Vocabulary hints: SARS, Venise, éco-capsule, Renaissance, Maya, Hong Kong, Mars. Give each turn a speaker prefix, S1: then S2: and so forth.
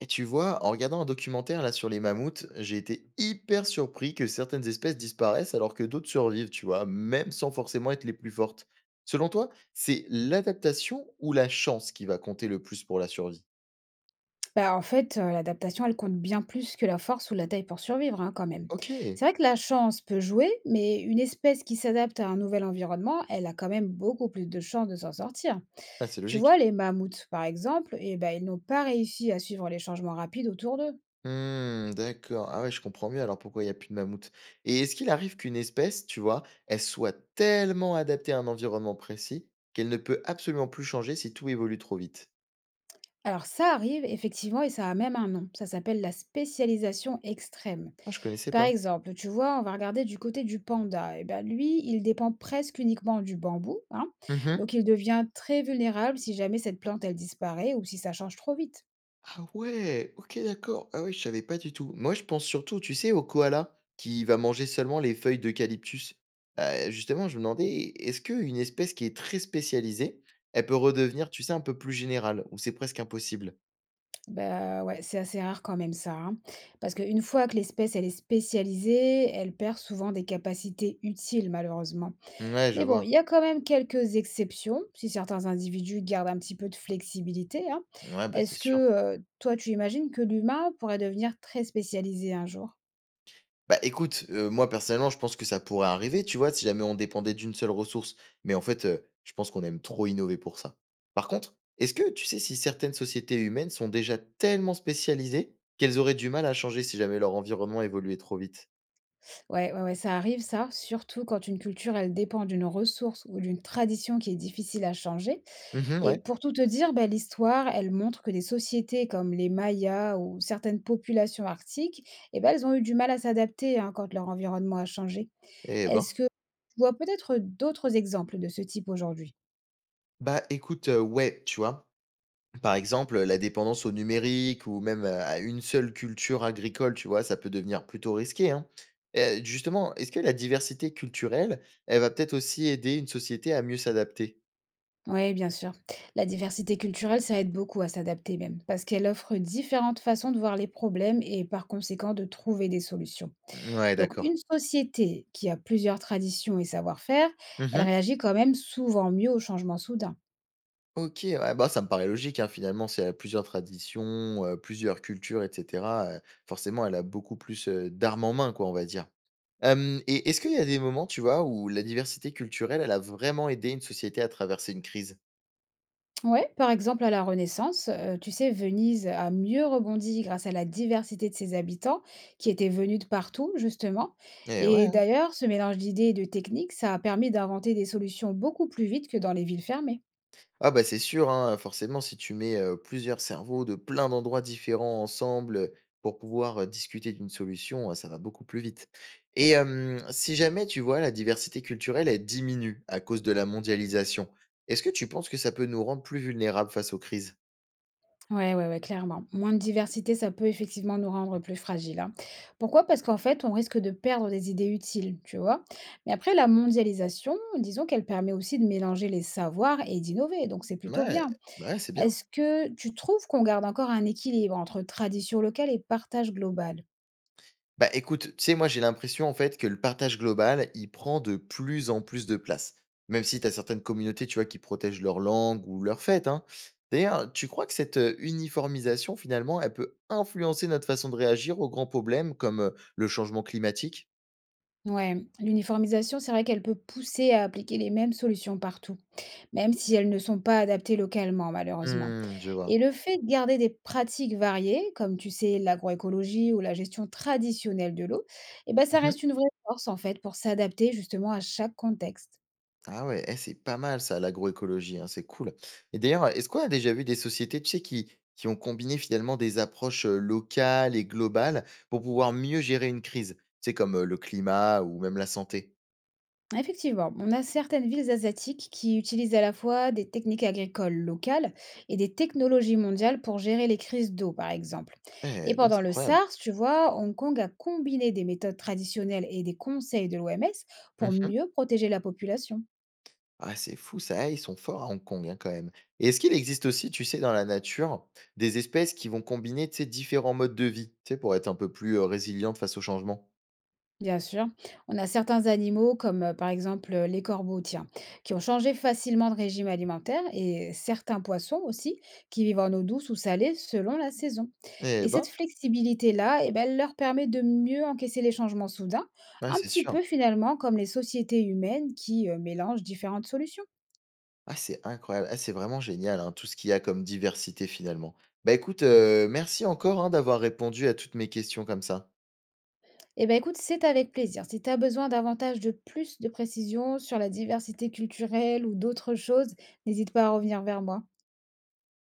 S1: Et tu vois, en regardant un documentaire là sur les mammouths, j'ai été hyper surpris que certaines espèces disparaissent alors que d'autres survivent, tu vois, même sans forcément être les plus fortes. Selon toi, c'est l'adaptation ou la chance qui va compter le plus pour la survie?
S2: Bah, en fait, l'adaptation, elle compte bien plus que la force ou la taille pour survivre, hein, quand même.
S1: Ok,
S2: C'est vrai que la chance peut jouer, mais une espèce qui s'adapte à un nouvel environnement, elle a quand même beaucoup plus de chances de s'en sortir.
S1: ah, c'est
S2: Tu
S1: logique.
S2: vois, les mammouths, par exemple, eh ben, ils n'ont pas réussi à suivre les changements rapides autour d'eux.
S1: Hmm, d'accord. Ah ouais, je comprends mieux alors pourquoi il n'y a plus de mammouths. Et est-ce qu'il arrive qu'une espèce, tu vois, elle soit tellement adaptée à un environnement précis qu'elle ne peut absolument plus changer si tout évolue trop vite?
S2: Alors ça arrive effectivement et ça a même un nom. Ça s'appelle la spécialisation extrême.
S1: Ah, je connaissais
S2: Par
S1: pas.
S2: exemple, tu vois, on va regarder du côté du panda. Et ben lui, il dépend presque uniquement du bambou, hein. Donc il devient très vulnérable si jamais cette plante elle disparaît ou si ça change trop vite.
S1: Ah ouais! OK, d'accord. Ah ouais, je savais pas du tout. Moi, je pense surtout, tu sais, au koala qui va manger seulement les feuilles d'eucalyptus. Justement, je me demandais, est-ce qu'une espèce qui est très spécialisée, elle peut redevenir, tu sais, un peu plus générale ou c'est presque impossible?
S2: Bah ouais, c'est assez rare quand même ça, hein. Parce qu'une fois que l'espèce elle est spécialisée, elle perd souvent des capacités utiles malheureusement.
S1: Ouais, je
S2: Mais bon,
S1: vois.
S2: il y a quand même quelques exceptions, si certains individus gardent un petit peu de flexibilité, hein.
S1: Ouais, bah, c'est
S2: Est-ce
S1: sûr.
S2: que, toi, tu imagines que l'humain pourrait devenir très spécialisé un jour?
S1: Bah, écoute, moi personnellement, je pense que ça pourrait arriver, tu vois? Si jamais on dépendait d'une seule ressource, mais en fait, je pense qu'on aime trop innover pour ça. Par contre, est-ce que tu sais si certaines sociétés humaines sont déjà tellement spécialisées qu'elles auraient du mal à changer si jamais leur environnement évoluait trop vite?
S2: Ouais, ouais, ouais, ça arrive ça, surtout quand une culture, elle dépend d'une ressource ou d'une tradition qui est difficile à changer.
S1: Mmh,
S2: Et
S1: ouais.
S2: pour tout te dire, bah, l'histoire, elle montre que des sociétés comme les Mayas ou certaines populations arctiques, eh ben, elles ont eu du mal à s'adapter hein, quand leur environnement a changé.
S1: Eh ben!
S2: Est-ce que tu vois peut-être d'autres exemples de ce type aujourd'hui?
S1: Bah, écoute, ouais, tu vois? Par exemple, la dépendance au numérique ou même à une seule culture agricole, tu vois, ça peut devenir plutôt risqué, hein. Justement, est-ce que la diversité culturelle, elle va peut-être aussi aider une société à mieux s'adapter?
S2: Oui, bien sûr. La diversité culturelle, ça aide beaucoup à s'adapter même, parce qu'elle offre différentes façons de voir les problèmes et par conséquent de trouver des solutions.
S1: Ouais,
S2: Donc
S1: d'accord.
S2: une société qui a plusieurs traditions et savoir-faire, elle
S1: Mmh.
S2: réagit quand même souvent mieux aux changements soudains.
S1: OK, ouais, bah, ça me paraît logique, hein, finalement, c'est y plusieurs traditions, plusieurs cultures et cetera, forcément, elle a beaucoup plus, d'armes en main, quoi, on va dire. Hem Et est-ce qu'il y a des moments, tu vois, où la diversité culturelle, elle a vraiment aidé une société à traverser une crise?
S2: Ouais, par exemple à la Renaissance, tu sais, Venise a mieux rebondi grâce à la diversité de ses habitants qui étaient venus de partout, justement.
S1: Eh
S2: Et
S1: ouais!
S2: d'ailleurs, ce mélange d'idées et de techniques, ça a permis d'inventer des solutions beaucoup plus vite que dans les villes fermées.
S1: Ah bah c'est sûr, hein, forcément, si tu mets plusieurs cerveaux de plein d'endroits différents ensemble pour pouvoir discuter d'une solution, ça va beaucoup plus vite. Et si jamais, tu vois, la diversité culturelle, elle diminue à cause de la mondialisation, est-ce que tu penses que ça peut nous rendre plus vulnérables face aux crises?
S2: Ouais, ouais, ouais, clairement. Moins de diversité, ça peut effectivement nous rendre plus fragiles, hein. Pourquoi? Parce qu'en fait, on risque de perdre des idées utiles, tu vois? Mais après, la mondialisation, disons qu'elle permet aussi de mélanger les savoirs et d'innover, donc c'est plutôt
S1: Ouais,
S2: bien.
S1: ouais, c'est bien.
S2: Est-ce que tu trouves qu'on garde encore un équilibre entre tradition locale et partage global?
S1: Bah, écoute, tu sais, moi, j'ai l'impression, en fait, que le partage global, il prend de plus en plus de place. Même si tu as certaines communautés, tu vois, qui protègent leur langue ou leur fête, hein. D'ailleurs, tu crois que cette uniformisation, finalement, elle peut influencer notre façon de réagir aux grands problèmes comme le changement climatique?
S2: Ouais, l'uniformisation, c'est vrai qu'elle peut pousser à appliquer les mêmes solutions partout, même si elles ne sont pas adaptées localement, malheureusement.
S1: Hmm, je vois.
S2: Et le fait de garder des pratiques variées, comme tu sais, l'agroécologie ou la gestion traditionnelle de l'eau, eh ben, ça reste une vraie force, en fait, pour s'adapter justement à chaque contexte.
S1: Ah ouais, eh, c'est pas mal ça, l'agroécologie, hein, c'est cool. Et d'ailleurs, est-ce qu'on a déjà vu des sociétés, tu sais, qui ont combiné finalement des approches locales et globales pour pouvoir mieux gérer une crise? Tu sais, comme le climat ou même la santé.
S2: Effectivement, on a certaines villes asiatiques qui utilisent à la fois des techniques agricoles locales et des technologies mondiales pour gérer les crises d'eau, par exemple. Et
S1: Eh ben,
S2: pendant
S1: c'est
S2: le
S1: incroyable.
S2: SARS, tu vois, Hong Kong a combiné des méthodes traditionnelles et des conseils de l'OMS pour
S1: Mhm.
S2: mieux protéger la population.
S1: Ah, c'est fou ça, eh, ils sont forts à Hong Kong hein, quand même. Et est-ce qu'il existe aussi, tu sais, dans la nature, des espèces qui vont combiner, tu sais, différents modes de vie, tu sais, pour être un peu plus résilientes face au changement?
S2: Bien sûr, on a certains animaux comme par exemple les corbeaux, tiens, qui ont changé facilement de régime alimentaire et certains poissons aussi qui vivent en eau douce ou salée selon la saison.
S1: Eh
S2: Et
S1: ben,
S2: cette flexibilité-là, eh ben, elle leur permet de mieux encaisser les changements soudains,
S1: ouais,
S2: un
S1: c'est
S2: petit
S1: sûr.
S2: peu finalement comme les sociétés humaines qui mélangent différentes solutions.
S1: Ah, c'est incroyable. Ah, c'est vraiment génial, hein, tout ce qu'il y a comme diversité finalement. Bah écoute, merci encore, hein, d'avoir répondu à toutes mes questions comme ça.
S2: Eh ben écoute, c'est avec plaisir. Si tu as besoin davantage de plus de précisions sur la diversité culturelle ou d'autres choses, n'hésite pas à revenir vers moi.